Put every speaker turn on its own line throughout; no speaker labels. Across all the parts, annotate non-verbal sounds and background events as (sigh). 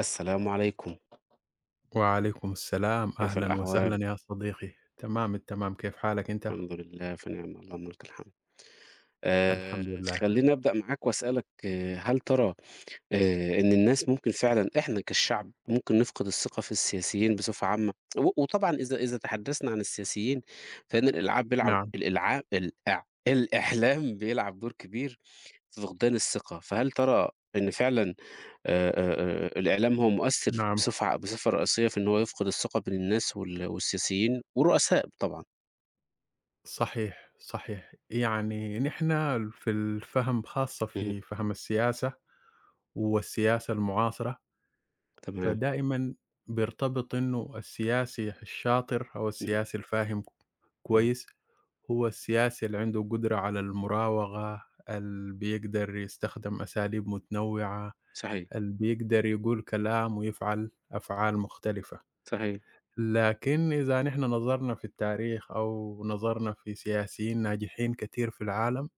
السلام عليكم،
وعليكم السلام،
كيف
أهلًا
الأحوال؟
وسهلًا يا صديقي، تمام التمام، كيف حالك أنت؟
الحمد لله في نعمة اللهم لك الحمد.
الحمد لله،
خلّيني أبدأ معاك وأسألك هل ترى إن الناس ممكن فعلًا إحنا كالشعب ممكن نفقد الثقة في السياسيين بصفة عامة؟ و وطبعًا إذا تحدثنا عن السياسيين فإن الإلعاب بيلعب
نعم،
الإلعا الإع الإعلام بيلعب دور كبير في فقدان الثقة، فهل ترى إن فعلًا الإعلام هو مؤثّر
نعم،
بصفة رئيسية في إن هو يفقد الثقة بين الناس والسياسيين والرؤساء طبعًا.
صحيح، صحيح، يعني نحن في الفهم خاصة
اهم.
في فهم السياسة والسياسة المعاصرة،
تمام.
فدائمًا بيرتبط إنه السياسي الشاطر أو
اهم.
السياسي الفاهم
اهم.
كويس، هو السياسي اللي عنده قدرة على المراوغة، اللي بيقدر يستخدم أساليب متنوعة.
صحيح.
اللي بيقدر يقول كلام ويفعل أفعال مختلفة.
صحيح.
لكن إذا نحن نظرنا في التاريخ أو نظرنا في سياسيين ناجحين كتير في العالم،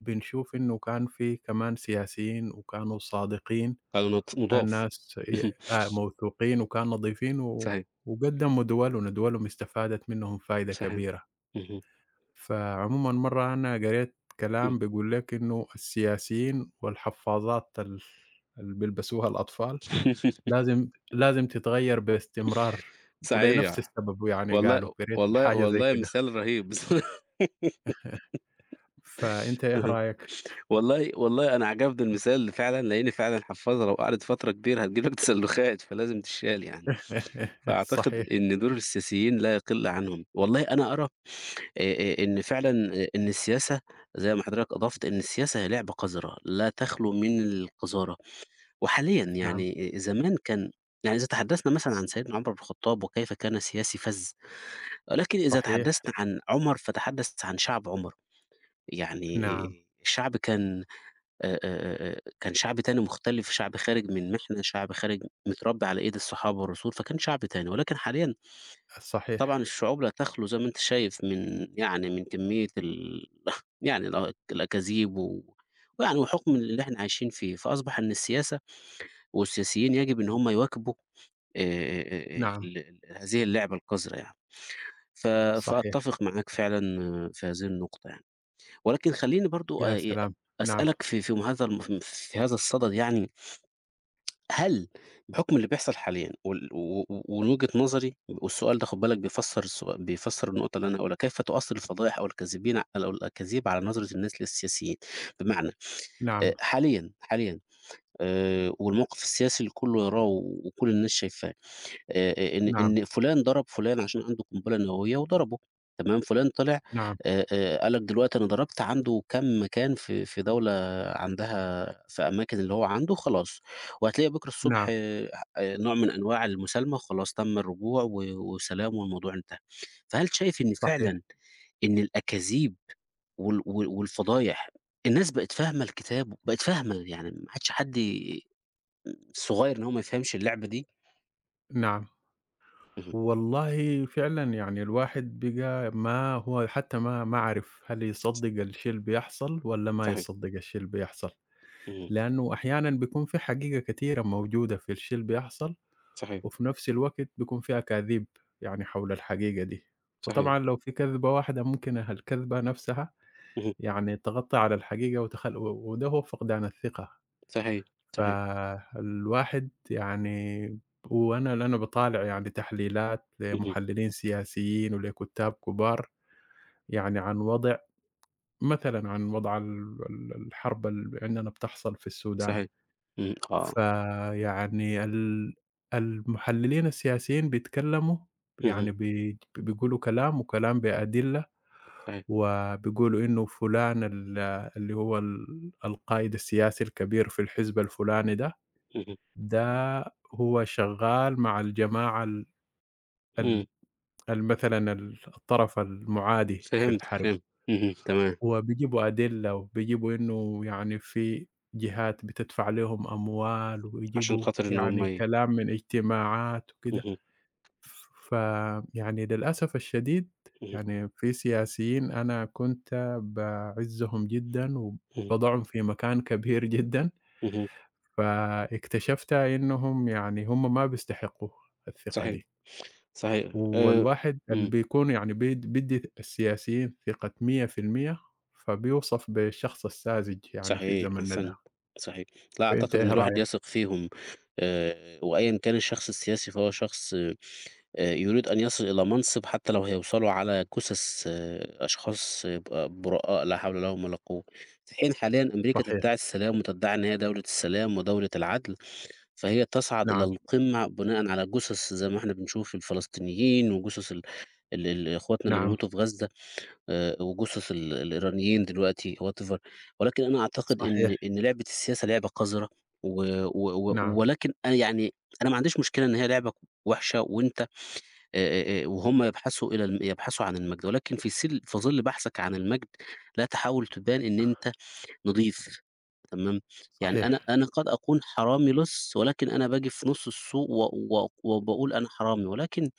بنشوف إنه كان في كمان سياسيين وكانوا صادقين،
قانون
كان
مضاف.
ناس ي
(laughs) اهم.
آه، موثوقين وكان نضيفين و
صحيح.
وقدموا دولهم، ودولهم استفادت منهم فايدة
صحيح.
كبيرة.
اهم.
فعمومًا مرة أنا قريت
إمم.
كلام بيقول لك إنه السياسيين والحفاضات اللي بيلبسوها الأطفال
(laughs)
لازم تتغيّر باستمرار، ولنفس
صحيح.
السبب يعني
والله،
قالوا، قريت
والله،
حاجة زي
والله
كده،
مثال رهيب (laughs) بصراحة.
فأنت إيه رأيك؟
والله، والله أنا عجبني المثال فعلًا، لإني فعلًا هاحفظها. لو قعدت فترة كبيرة هتجيب لك تسلخات، فلازم تتشال يعني.
(laughs)
فأعتقد
صحيح،
إن دور السياسيين لا يقل عنهم. والله أنا أرى آآ إن فعلًا إن السياسة، زي ما حضرتك أضفت، إن السياسة هي لعبة قذرة لا تخلو من القذارة. وحاليًا
نعم،
يعني زمان كان. يعني إذا تحدثنا مثلًا عن سيدنا عمر بن الخطاب وكيف كان سياسي فَذ، ولكن إذا
صحيح،
تحدثنا عن عُمر فتحدث عن شعب عُمر. يعني
نعم،
الشعب كان، كان شعب تاني مختلف، شعب خارج من محنة، شعب خارج، متربي على إيد الصحابة والرسول، فكان شعب تاني. ولكن حاليًا
صحيح،
طبعًا الشعوب لا تخلو زي ما أنت شايف من، يعني، من كمية ال، (laughs) يعني الأكاذيب، و ويعني وحكم اللي إحنا عايشين فيه، فأصبح إن السياسة والسياسيين يجب إن هم يواكبوا آآ
نعم،
ال ال هذه اللعبة القذرة يعني. ف
صحيح،
فأتفق معاك فعلًا في هذه النقطة يعني. ولكن خلّيني برضه
يا سلام! نعم،
أسألك في هذا الصدد يعني. هل، بحكم اللي بيحصل حاليًا، وال و و ومن وجهة نظري، والسؤال ده خُد بالك بيفسّر بيفسّر النقطة اللي أنا هاقولها، كيف تؤثّر الفضائح أو الكاذبين أو الأكاذيب على نظرة الناس للسياسيين؟ بمعنى،
نعم،
حاليًا، حاليًا، والموقف السياسي اللي كُلّه يراه وكل الناس شايفاه. إن
نعم،
إن فُلان ضرب فُلان عشان عنده قنبلة نووية وضربه، تمام. فُلان طلع،
نعم،
قال لك دلوقتي أنا ضربت عنده كام مكان في دولة عندها في أماكن اللي هو عنده خلاص، وهتلاقي بكرة الصبح
نعم،
نوع من أنواع المسالمة، خلاص تم الرجوع و وسلام، والموضوع انتهى. فهل شايف إن فعلًا
صحيح،
إن الأكاذيب وال وال والفضايح، الناس بقت فاهمة الكتاب، بقت فاهمة يعني ما عادش حد صغير إن هو ما يفهمش اللعبة دي؟
نعم.
اهم.
والله فعلًا يعني الواحد بقى ما هو حتى ما عارف هل يصدّق الشيء اللي بيحصل والّا ما
صحيح.
يصدّق الشيء اللي بيحصل،
اهم.
لأنه أحيانًا بيكون في حقيقة كتيرة موجودة في الشيء اللي بيحصل
صحيح.
وفي نفس الوقت بيكون في أكاذيب يعني حول الحقيقة دي،
صحيح.
فطبعًا لو في كذبة واحدة ممكن الكذبة نفسها
اهم.
يعني تغطي على الحقيقة وتخل و وده هو فقدان الثقة،
صحيح. صحيح.
فالواحد يعني وأنا لأ أنا باطالع يعني تحليلات
اهم.
لمحللين سياسيين ولكتاب كبار يعني عن وضع مثلًا عن وضع ال ال الحرب اللي عندنا بتحصل في السودان.
صحيح. إمم. آه.
فيعني المحللين السياسيين بيتكلّموا
اهم.
يعني بيقولوا كلام وكلام بأدلة،
صحيح.
وبيقولوا إنه فلان اللي هو ال القائد السياسي الكبير في الحزب الفلاني ده،
اهم.
ده هو شغال مع الجماعة ال
إمم.
ال ال مثلًا ال الطرف المعادي في
فهمتك،
الحرب.
فهمت. اهم. تمام.
وبيجيبوا أدلة وبيجيبوا إنه يعني في جهات بتدفع لهم أموال
عشان
ويجيبوا
خاطر إن هم
يعني كلام من اجتماعات وكده،
اهم.
فيعني للأسف الشديد
اهم.
يعني في سياسيين أنا كنت باعزّهم جدًا
اهم.
وباضعهم في مكان كبير جدًا،
اهم.
فاكتشفت إنهم يعني هم ما بيستحقوا الثقة
صحيح.
دي.
صحيح. آآ
والواحد اللي
إمم.
بيكون يعني بيدّي السياسيين ثقة 100% فبيوصف بالشخص الساذج يعني في
صحيح.
زمننا ده،
أحسنت. صحيح. لأ،
فأنت
أعتقد إن
إيه
الواحد
رأيك؟
يثق فيهم. وأيًا كان الشخص السياسي فهو شخص، يريد أن يصل إلى منصب حتى لو هيوصلوا على جثث، آه، أشخاص برآء لا حول لهم ولا قوة. في حين حاليًا أمريكا تدعي
صحيح،
السلام وتدعي إن هي دولة السلام ودولة العدل، فهي تصعد إلى
نعم،
القمة بناءً على جثث، زي ما إحنا بنشوف الفلسطينيين وجثث ال ال ال إخواتنا اللي
نعم،
بيموتوا في غزة. وجُثث الإيرانيين دلوقتي whatever. ولكن أنا أعتقد
صحيح،
إن لعبة السياسة لعبة قذرة. و و و
نعم،
ولكن أنا يعني أنا ما عنديش مشكلة إن هي لعبة وحشة. وأنت وهُم يبحثوا إلى الم يبحثوا عن المجد، ولكن في ظِل بحثك عن المجد، لا تحاول تبان إن أنت نضيف، تمام. يعني أنا
صحيح،
أنا قد أكون حرامي لص، ولكن أنا باجي في نُص السوق و و وباقول أنا حرامي. ولكن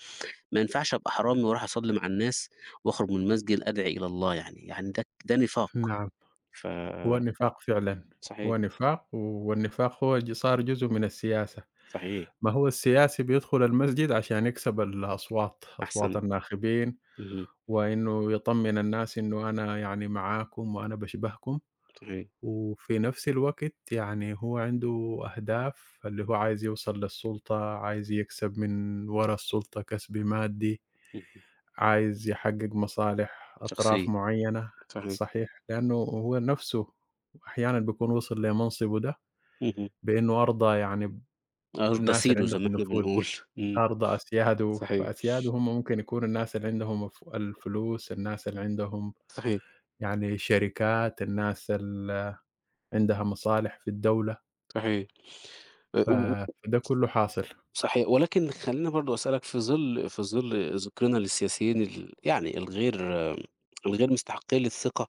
ما ينفعش أبقى حرامي وأروح أصلّي مع الناس وأخرج من المسجد أدعي إلى الله يعني، يعني ده نفاق.
نعم،
ف
هو نفاق فعلًا، هو
صحيح.
نفاق والنفاق هو صار جزء من السياسة،
صحيح.
ما هو السياسي بيدخل المسجد عشان يكسب الأصوات، أصوات
أحسنت.
الناخبين
اهم.
وإنه يطمن الناس إنه أنا يعني معاكم وأنا باشبهكم.
صحيح.
وفي نفس الوقت يعني هو عنده أهداف، اللي هو عايز يوصل للسلطة، عايز يكسب من ورا السلطة كسب مادي،
اهم.
عايز يحقق مصالح أطراف
شخصية.
معينة،
صحيح.
صحيح، لأنه هو نفسه أحيانًا بيكون وصل لمنصبه ده
اهم.
بإنه أرضى يعني
أرضى
الناس اللي
سيره زي
عندهم
ما إحنا
نفوذ،
بنقول. إمم.
أرضى أسياده،
صحيح.
فأسياده هم ممكن يكونوا الناس اللي عندهم الفلوس، الناس اللي عندهم
صحيح.
يعني شركات، الناس اللي عندها مصالح في الدولة.
صحيح. آآ،
ف
و و-
فده كُلّه حاصل.
صحيح. ولكن خلّيني برضه أسألك، في ظل ذكرنا للسياسيين، يعني الغير، آه، الغير مستحقي للثقة.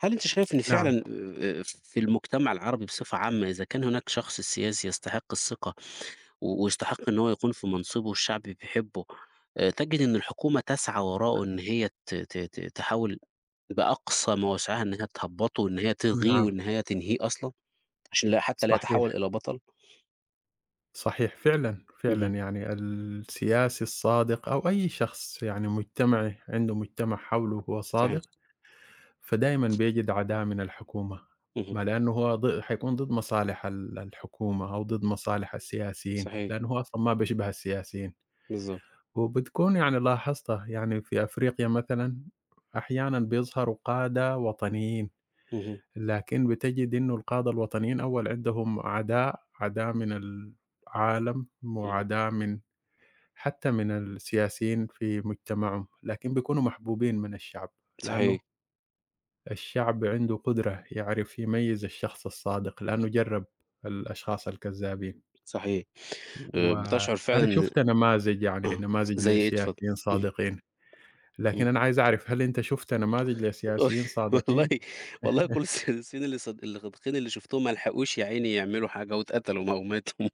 هل أنت شايف إن
نعم،
فعلًا في المجتمع العربي بصفة عامة، إذا كان هناك شخص سياسي يستحق الثقة و ويستحق إن هو يكون في منصبه والشعب بيحبه، تجد إن الحكومة تسعى وراءه، إن هي ت ت ت تحاول بأقصى ما وسعها إن هي تهبّطه وإن هي تلغيه
نعم،
وإن هي تنهيه أصلًا، عشان لا، حتى لا يتحول
صحيح،
إلى بطل؟
صحيح، فعلًا، فعلًا،
اهم.
يعني السياسي الصادق أو أي شخص يعني مجتمعي عنده مجتمع حوله هو
صحيح.
صادق، فدايمًا بيجد عداء من الحكومة،
اهم.
ما لأنه هو حيكون ضد مصالح ال الحكومة أو ضد مصالح السياسيين،
صحيح.
لأنه هو أصلًا ما بيشبه السياسيين،
بالضبط.
وبتكون يعني لاحظتها يعني في أفريقيا مثلًا أحيانًا بيظهروا قادة وطنيين.
اهم.
لكن بتجد إنه القادة الوطنيين أول عندهم عداء، عداء من العالم
اهم.
وعداء من حتى من السياسيين في مجتمعهم، لكن بيكونوا محبوبين من الشعب، لأنه
صحيح.
الشعب عنده قدرة يعرف يميز الشخص الصادق، لأنه جرب الأشخاص الكذابين،
صحيح. بتشعر فعلًا
وأنا
إن،
شُفت نماذج يعني
آه،
نماذج
زي إيه؟ اتفضل.
لسياسيين
اهم.
صادقين،
اهم.
لكن أنا عايز أعرف هل أنت شُفت نماذج لسياسيين
(laughs) والله،
صادقين؟
والله كل الصيادين اللي اللي غادقين اللي شُفتهم ما لحقوش يا عيني يعملوا حاجة، واتقتلوا أو ماتوا.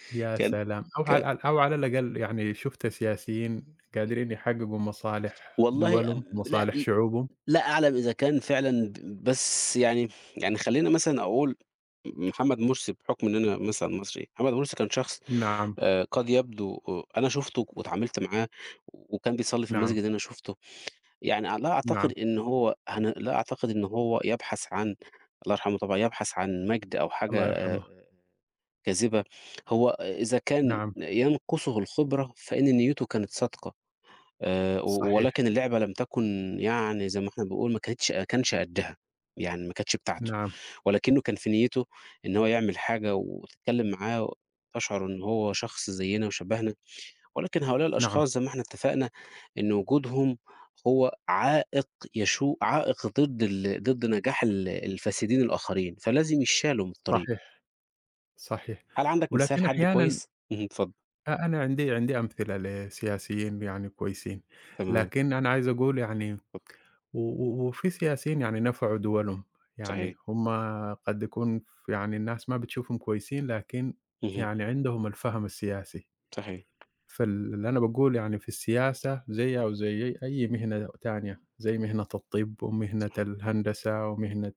(laughs)
يا
كان
سلام!
ك
أو على الأقل يعني شُفت سياسيين قادرين يحققوا مصالح
والله،
دولهم
لأ،
ومصالح شعوبهم.
لا أعلم إذا كان فعلًا، بس يعني، خلّينا مثلًا أقول محمد مرسي. بحكم إن أنا مثلًا مصري، محمد مرسي كان شخص،
نعم،
قد يبدو، آه، أنا شُفته واتعاملت معاه وكان بيصلّي في
نعم،
المسجد أنا شُفته. يعني لا أعتقد
نعم،
إن هو لا أعتقد إن هو يبحث عن، الله يرحمه طبعًا، يبحث عن مجد أو حاجة
الله يرحمه.
كاذبة. هو إذا كان
نعم،
ينقصه الخبرة فإن نيته كانت صادقة. و
صحيح،
ولكن اللعبة لم تكن، يعني زي ما إحنا بنقول، ما كانش قدها، يعني ما كانتش بتاعته.
نعم،
ولكنه كان في نيته إن هو يعمل حاجة، وتتكلم معاه تشعر إن هو شخص زينا وشبهنا. ولكن هؤلاء
نعم،
الأشخاص، زي ما إحنا اتفقنا، إن وجودهم هو عائق، عائق ضد ضد نجاح الفاسدين الآخرين، فلازم يشالوا من الطريق.
صحيح، صحيح.
هل عندك مثال
ولكن
حد
أحيانًا
كويس؟ (laughs) اهم. اتفضل.
أنا عندي أمثلة لسياسيين يعني كويسين،
تمام.
لكن أنا عايز أقول يعني
ص
و و وفي سياسيين يعني نفعوا دولهم،
صحيح.
يعني هم قد يكون يعني الناس ما بتشوفهم كويسين، لكن
اهم.
يعني عندهم الفهم السياسي.
صحيح.
فاللي أنا باقول يعني في السياسة زيّها وزي أي مهنة تانية، زي مهنة الطِب ومهنة
صحيح.
الهندسة ومهنة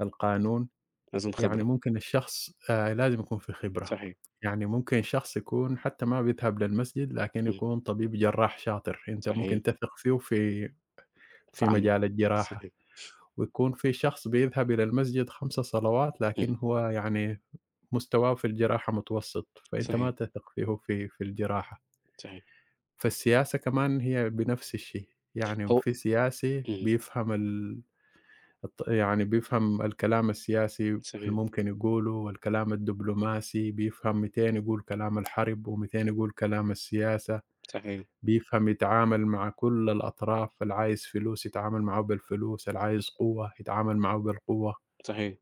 القانون،
لازم
يعني
خبرة.
ممكن الشخص لازم يكون في خبرة،
صحيح.
يعني ممكن شخص يكون حتى ما بيذهب للمسجد لكن
اهم.
يكون طبيب جراح شاطر، أنت
صحيح.
ممكن تثق فيه في
فعمّر.
مجال الجراحة،
صحيح.
ويكون في شخص بيذهب إلى المسجد 5 صلوات
اهم.
لكن هو يعني مستواه في الجراحة متوسط، فأنت ما
صحيح.
تثق فيه في الجراحة.
صحيح.
فالسياسة كمان هي بنفس الشيء، يعني
هو
في سياسي
اهم.
بيفهم ال الط يعني بيفهم الكلام السياسي
صحيح.
الممكن يقوله والكلام الدبلوماسي، بيفهم 200 يقول كلام الحرب و200 يقول كلام السياسة،
صحيح.
بيفهم يتعامل مع كل الأطراف، اللي عايز فلوس يتعامل معاه بالفلوس، اللي
مهم.
عايز قوة يتعامل معاه بالقوة،
صحيح.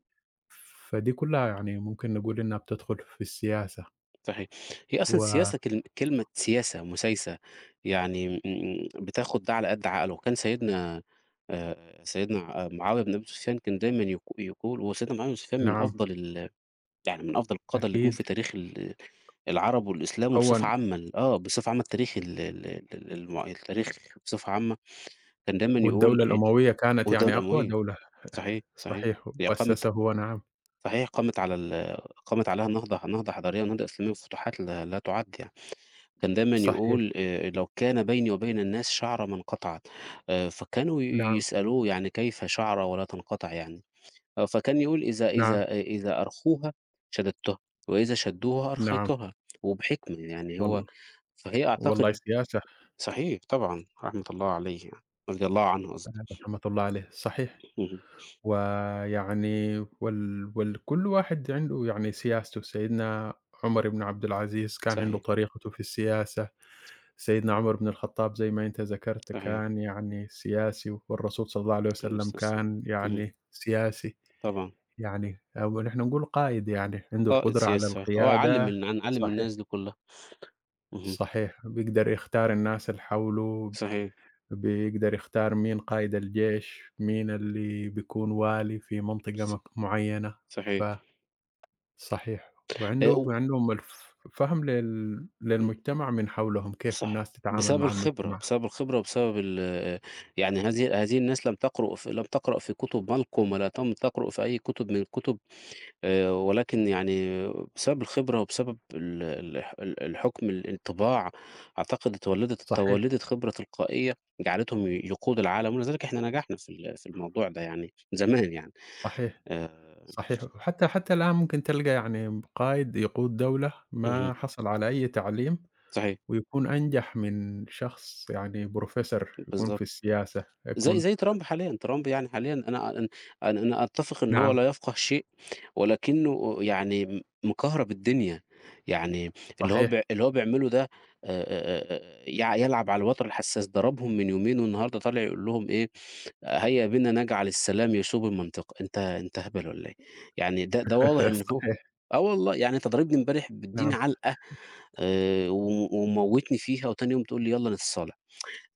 فدي كلها يعني ممكن نقول إنها بتدخل في السياسة،
صحيح. هي أصلًا
ونعم
السياسة كل كلمة سياسة مسايسة. يعني بتاخد ده على قد عقله. كان سيدنا، سيدنا معاوية بن أبي سفيان كان دايمًا يقول. وسيدنا معاوية بن سفيان من أفضل يعني من أفضل القادة اللي جُم في
أكيد
تاريخ العرب والإسلام، وبصفة
كوّن
عامة آه، بصفة عامة التاريخ، ال ال ال الم التاريخ بصفة عامة، كان دايمًا يقول
والدولة الأموية كانت يعني
والدولة
أقوى
الأموية.
دولة.
صحيح. صحيح.
صحيح،
هي قامت.
وأسسه نعم،
صحيح. قامت على ال قامت عليها نهضة حضارية ونهضة إسلامية وفتوحات لا تُعَد يعني. كان دايمًا
صحيح،
يقول لو كان بيني وبين الناس شعرة ما انقطعت. فكانوا
نعم،
يسألوه يعني، كيف شعرة ولا تنقطع يعني؟ آه، فكان يقول:
نعم،
إذا أرخوها شددتها، وإذا شدّوها
نعم،
أرخيتها." وبحكمة يعني هو.
وال
فهي
والله
أعتقد
سياسة
صحيح طبعًا، رحمة الله عليه يعني، رضي الله عنه قصدي.
رحمة الله عليه، صحيح،
اهم.
ويعني وال والكل واحد عنده يعني سياسته، سيدنا عمر بن عبد العزيز كان عنده
صحيح.
طريقته في السياسة، سيدنا عمر بن الخطاب زي ما أنت ذكرت
صحيح.
كان يعني سياسي، والرسول صلى الله عليه
عليه
وسلم
الصلاة والسلام.
كان
اهم.
يعني سياسي،
طبعًا.
يعني أو نحن نقول قائد يعني، عنده
قائد
القدرة على
سياسي صحيح، هو
القيادة،
علِّم
صحيح.
الناس دي كلّها. اهم.
صحيح، بيقدر يختار الناس اللي حوله،
صحيح.
بيقدر يختار مين قائد الجيش، مين اللي بيكون والي في منطقة
ص
مك معينة، ف
صحيح.
صحيح،
و
وعنده عندهم فهم
م
للمجتمع من حولهم، كيف
صحيح.
الناس تتعامل
بسبب
مع
الخبرة،
المجتمع،
بسبب الخبرة وبسبب ال يعني، هذه الناس لم تقرؤ ف لم تقرأ في كُتب مالكم ولا تم تقرؤ في أي كُتب من الكُتب. ولكن يعني بسبب الخبرة وبسبب ال ال ال الحُكم، الانطباع، أعتقد اتولّدت
صحيح،
اتولّدت خبرة تلقائية جعلتهم يقودوا العالم. ولذلك إحنا نجحنا في الموضوع ده يعني زمان يعني.
صحيح،
آآ
صحيح، وحتى حتى الآن ممكن تلقى يعني قائد يقود دولة
اهم.
ما حصل على أي تعليم،
صحيح.
ويكون أنجح من شخص يعني Professor يكون في
بالضبط.
السياسة،
زي
يكون
زي ترامب حاليًا، ترامب يعني حاليًا، أنا أتفق إن هو
نعم،
لا يفقه شيء، ولكنه يعني مكهرب الدنيا. يعني
صحيح.
اللي هو بيعمله ده، يع يلعب على الوتر الحساس. ضربهم من يومين والنهارده طالع يقول لهم إيه؟ آه، هيا بنا نجعل السلام يصوب المنطقة. أنت هبل والّا إيه؟ يعني ده واضح
(laughs)
إن هو،
صحيح،
آه والله، يعني أنت ضاربني امبارح بتدّيني
نعم،
علقة، وم وموّتني فيها. وتاني يوم تقول لي يالّا نتصالح.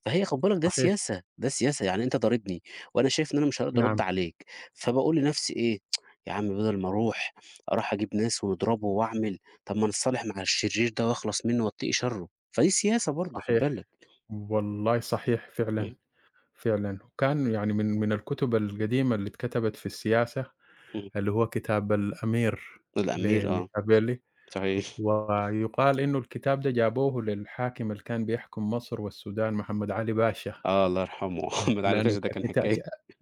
فهي خد بالك ده
صحيح،
سياسة، ده سياسة. يعني أنت ضاربني وأنا شايف إن أنا مش هاقدر أرُد
نعم،
عليك، فباقول لنفسي إيه، (tsk) يا عم، بدل ما أروح أجيب ناس ونضربه وأعمل، طب ما نتصالح مع الشرير ده وأخلص منه وأتقي شره، فدي سياسة برضه خد بالك.
صحيح، والله صحيح فعلًا،
إمم.
فعلًا، وكان يعني من الكتب القديمة اللي اتكتبت في السياسة،
إمم.
اللي هو كتاب الأمير
الأمير، آه.
لميكافيلي،
صحيح.
ويُقال إنه الكتاب ده جابوه للحاكم اللي كان بيحكم مصر والسودان محمد علي باشا،
آه الله يرحمه (laughs) محمد علي باشا
لأنه
ده كان
الكتا
حكاية.
ك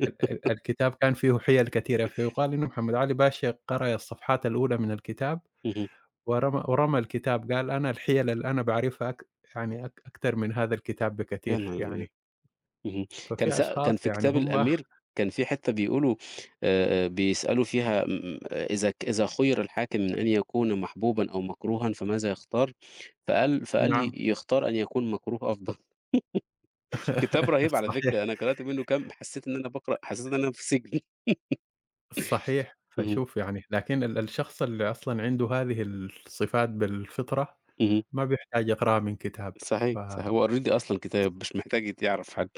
ال ال الكتاب كان فيه حِيَل كثيرة، فيُقال إنه محمد علي باشا قرأ الصفحات الأولى من الكتاب
(laughs) اهم.
ورمى الكتاب، قال: "أنا الحِيَل اللي أنا باعرفها أك يعني أك أكتر من هذا الكتاب
يا
بكتير."
نهار أبيض!
يعني،
اهم.
ففي
كان
أشخاص
في
يعني
كتاب
هم
الأمير كان في حتّة بيقولوا، بيسألوا فيها آه، إذا خُيِّر الحاكم من أن يكون محبوبًا أو مكروهًا فماذا يختار؟ فقال
نعم،
يختار أن يكون مكروه أفضل. (laughs) كتاب رهيب
(laughs)
على فكرة،
صحيح،
أنا قرأت منّه كام حسّيت إن أنا باقرأ، حسّيت إن أنا في سجن.
صحيح.
(laughs) اهم.
فشوف يعني لكن الشخص اللي أصلًا عنده هذه الصفات بالفطرة،
اهم.
ما بيحتاج يقرأها من كتاب، ف
صحيح. صحيح. هو already أصلًا كتاب مش محتاج يعرف حد.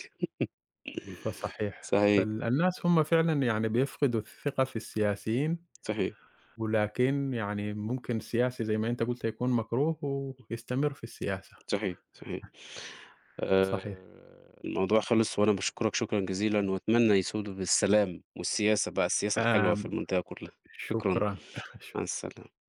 (laughs)
فصحيح.
صحيح.
الناس هم فعلًا يعني بيفقدوا الثقة في السياسيين،
صحيح.
ولكن يعني ممكن سياسي زي ما أنت قُلت يكون مكروه ويستمر في السياسة،
صحيح. صحيح. آآ
صحيح.
الموضوع خلص، وأنا باشكرك شكرًا جزيلًا، وأتمنى يسودوا بالسلام والسياسة بقى، السياسة الحلوة
آمم
في المنطقة كلها. شكرًا،
شكرًا،
مع
(laughs)
السلامة.